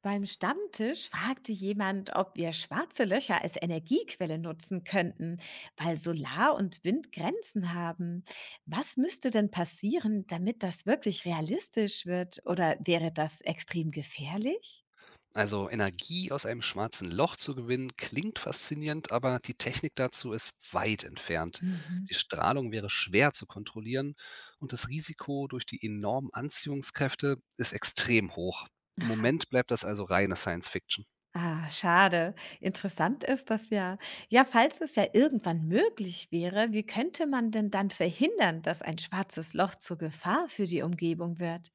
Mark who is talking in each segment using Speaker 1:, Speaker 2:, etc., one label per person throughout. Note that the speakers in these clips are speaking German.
Speaker 1: Beim Stammtisch fragte jemand, ob wir schwarze Löcher als Energiequelle nutzen könnten, weil Solar und Wind Grenzen haben. Was müsste denn passieren, damit das wirklich realistisch wird? Oder wäre das extrem gefährlich?
Speaker 2: Also Energie aus einem schwarzen Loch zu gewinnen, klingt faszinierend, aber die Technik dazu ist weit entfernt.
Speaker 1: Mhm.
Speaker 2: Die Strahlung wäre schwer zu kontrollieren und das Risiko durch die enormen Anziehungskräfte ist extrem hoch. Im
Speaker 1: Ach,
Speaker 2: Moment bleibt das also reine Science Fiction.
Speaker 1: Schade. Interessant ist das ja. Ja, falls es ja irgendwann möglich wäre, wie könnte man denn dann verhindern, dass ein schwarzes Loch zur Gefahr für die Umgebung wird?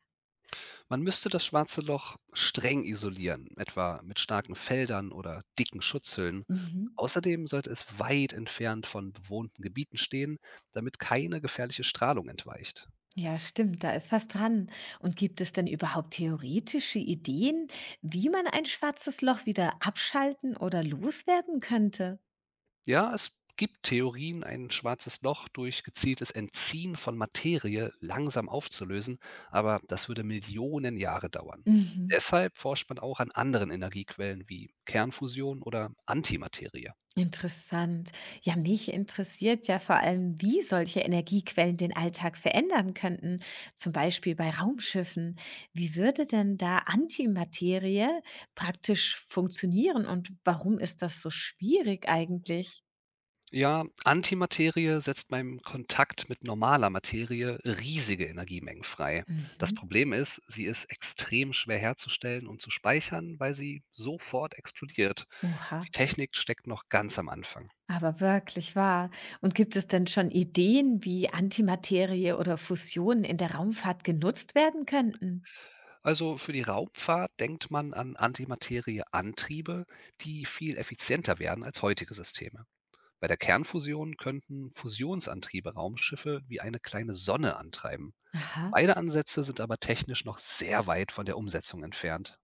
Speaker 2: Man müsste das schwarze Loch streng isolieren, etwa mit starken Feldern oder dicken Schutzhüllen.
Speaker 1: Mhm.
Speaker 2: Außerdem sollte es weit entfernt von bewohnten Gebieten stehen, damit keine gefährliche Strahlung entweicht.
Speaker 1: Ja, stimmt, da ist was dran. Und gibt es denn überhaupt theoretische Ideen, wie man ein schwarzes Loch wieder abschalten oder loswerden könnte?
Speaker 2: Ja, es gibt Theorien, ein schwarzes Loch durch gezieltes Entziehen von Materie langsam aufzulösen, aber das würde Millionen Jahre dauern.
Speaker 1: Mhm.
Speaker 2: Deshalb forscht man auch an anderen Energiequellen wie Kernfusion oder Antimaterie.
Speaker 1: Interessant. Ja, mich interessiert ja vor allem, wie solche Energiequellen den Alltag verändern könnten, zum Beispiel bei Raumschiffen. Wie würde denn da Antimaterie praktisch funktionieren und warum ist das so schwierig eigentlich?
Speaker 2: Ja, Antimaterie setzt beim Kontakt mit normaler Materie riesige Energiemengen frei. Das
Speaker 1: Mhm.
Speaker 2: Problem ist, sie ist extrem schwer herzustellen und zu speichern, weil sie sofort explodiert.
Speaker 1: Oha.
Speaker 2: Die Technik steckt noch ganz am Anfang.
Speaker 1: Aber wirklich wahr. Und gibt es denn schon Ideen, wie Antimaterie oder Fusion in der Raumfahrt genutzt werden könnten?
Speaker 2: Also für die Raumfahrt denkt man an Antimaterieantriebe, die viel effizienter werden als heutige Systeme. Bei der Kernfusion könnten Fusionsantriebe Raumschiffe wie eine kleine Sonne antreiben.
Speaker 1: Aha,
Speaker 2: Beide Ansätze sind aber technisch noch sehr weit von der Umsetzung entfernt.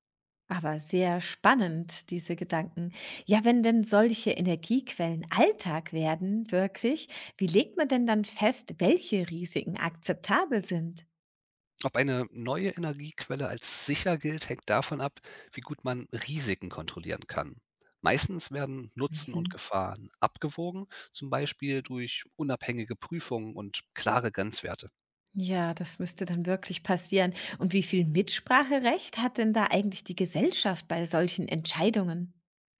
Speaker 1: aber sehr spannend, diese Gedanken. Ja, wenn denn solche Energiequellen Alltag werden, wirklich, wie legt man denn dann fest, welche Risiken akzeptabel sind?
Speaker 2: Ob eine neue Energiequelle als sicher gilt, hängt davon ab, wie gut man Risiken kontrollieren kann. Meistens werden Nutzen und
Speaker 1: Mhm.
Speaker 2: Gefahren abgewogen, zum Beispiel durch unabhängige Prüfungen und klare Grenzwerte.
Speaker 1: Ja, das müsste dann wirklich passieren. Und wie viel Mitspracherecht hat denn da eigentlich die Gesellschaft bei solchen Entscheidungen?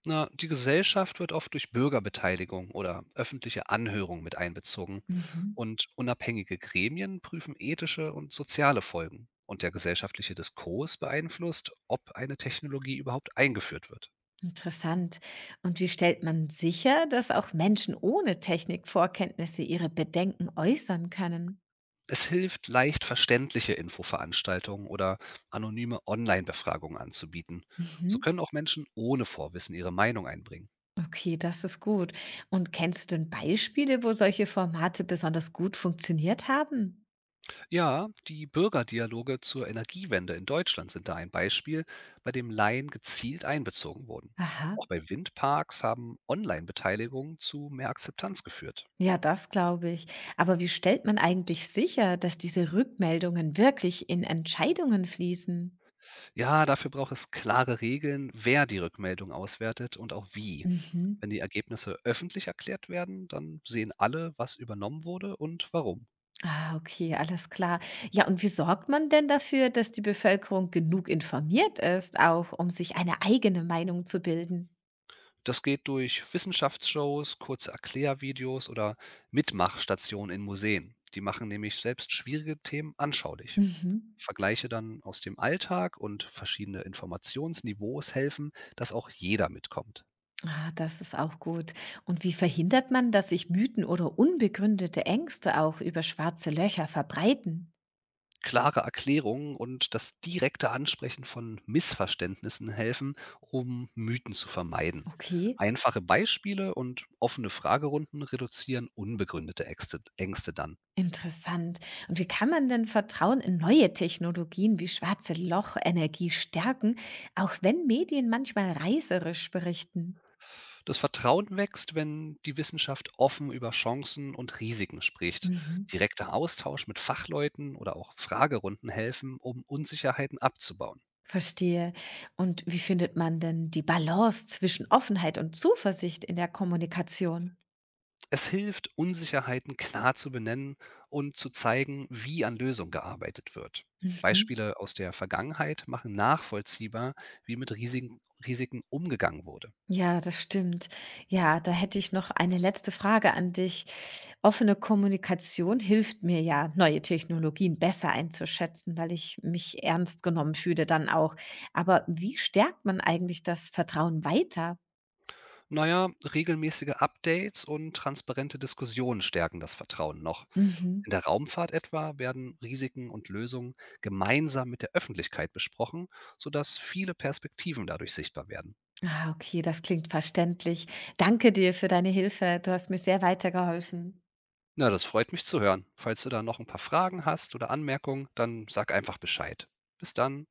Speaker 2: Na, die Gesellschaft wird oft durch Bürgerbeteiligung oder öffentliche Anhörung mit einbezogen.
Speaker 1: Mhm.
Speaker 2: Und unabhängige Gremien prüfen ethische und soziale Folgen. Und der gesellschaftliche Diskurs beeinflusst, ob eine Technologie überhaupt eingeführt wird.
Speaker 1: Interessant. Und wie stellt man sicher, dass auch Menschen ohne Technikvorkenntnisse ihre Bedenken äußern können?
Speaker 2: Es hilft, leicht verständliche Infoveranstaltungen oder anonyme Online-Befragungen anzubieten. So
Speaker 1: Mhm.
Speaker 2: können auch Menschen ohne Vorwissen ihre Meinung einbringen.
Speaker 1: Okay, das ist gut. Und kennst du denn Beispiele, wo solche Formate besonders gut funktioniert haben?
Speaker 2: Ja, die Bürgerdialoge zur Energiewende in Deutschland sind da ein Beispiel, bei dem Laien gezielt einbezogen wurden.
Speaker 1: Aha,
Speaker 2: Auch bei Windparks haben Online-Beteiligungen zu mehr Akzeptanz geführt.
Speaker 1: ja, das glaube ich. Aber wie stellt man eigentlich sicher, dass diese Rückmeldungen wirklich in Entscheidungen fließen?
Speaker 2: Ja, dafür braucht es klare Regeln, wer die Rückmeldung auswertet und auch wie.
Speaker 1: Mhm.
Speaker 2: Wenn die Ergebnisse öffentlich erklärt werden, dann sehen alle, was übernommen wurde und warum.
Speaker 1: Ah, okay, alles klar. Ja, und wie sorgt man denn dafür, dass die Bevölkerung genug informiert ist, auch um sich eine eigene Meinung zu bilden?
Speaker 2: Das geht durch Wissenschaftsshows, kurze Erklärvideos oder Mitmachstationen in Museen. Die machen nämlich selbst schwierige Themen anschaulich.
Speaker 1: Mhm.
Speaker 2: Vergleiche dann aus dem Alltag und verschiedene Informationsniveaus helfen, dass auch jeder mitkommt.
Speaker 1: Ah, das ist auch gut. Und wie verhindert man, dass sich Mythen oder unbegründete Ängste auch über schwarze Löcher verbreiten?
Speaker 2: Klare Erklärungen und das direkte Ansprechen von Missverständnissen helfen, um Mythen zu vermeiden.
Speaker 1: Okay,
Speaker 2: Einfache Beispiele und offene Fragerunden reduzieren unbegründete Ängste dann.
Speaker 1: interessant. Und wie kann man denn Vertrauen in neue Technologien wie schwarze Lochenergie stärken, auch wenn Medien manchmal reißerisch berichten?
Speaker 2: Das Vertrauen wächst, wenn die Wissenschaft offen über Chancen und Risiken spricht.
Speaker 1: Mhm.
Speaker 2: Direkter Austausch mit Fachleuten oder auch Fragerunden helfen, um Unsicherheiten abzubauen.
Speaker 1: Verstehe. Und wie findet man denn die Balance zwischen Offenheit und Zuversicht in der Kommunikation?
Speaker 2: Es hilft, Unsicherheiten klar zu benennen und zu zeigen, wie an Lösungen gearbeitet wird.
Speaker 1: Mhm.
Speaker 2: Beispiele aus der Vergangenheit machen nachvollziehbar, wie mit Risiken umgegangen wurde.
Speaker 1: Ja, das stimmt. Ja, da hätte ich noch eine letzte Frage an dich. Offene Kommunikation hilft mir ja, neue Technologien besser einzuschätzen, weil ich mich ernst genommen fühle dann auch. Aber wie stärkt man eigentlich das Vertrauen weiter?
Speaker 2: Naja, regelmäßige Updates und transparente Diskussionen stärken das Vertrauen noch.
Speaker 1: Mhm.
Speaker 2: In der Raumfahrt etwa werden Risiken und Lösungen gemeinsam mit der Öffentlichkeit besprochen, sodass viele Perspektiven dadurch sichtbar werden.
Speaker 1: Ah, okay, das klingt verständlich. Danke dir für deine Hilfe. Du hast mir sehr weitergeholfen.
Speaker 2: Na, das freut mich zu hören. Falls du da noch ein paar Fragen hast oder Anmerkungen, dann sag einfach Bescheid. Bis dann.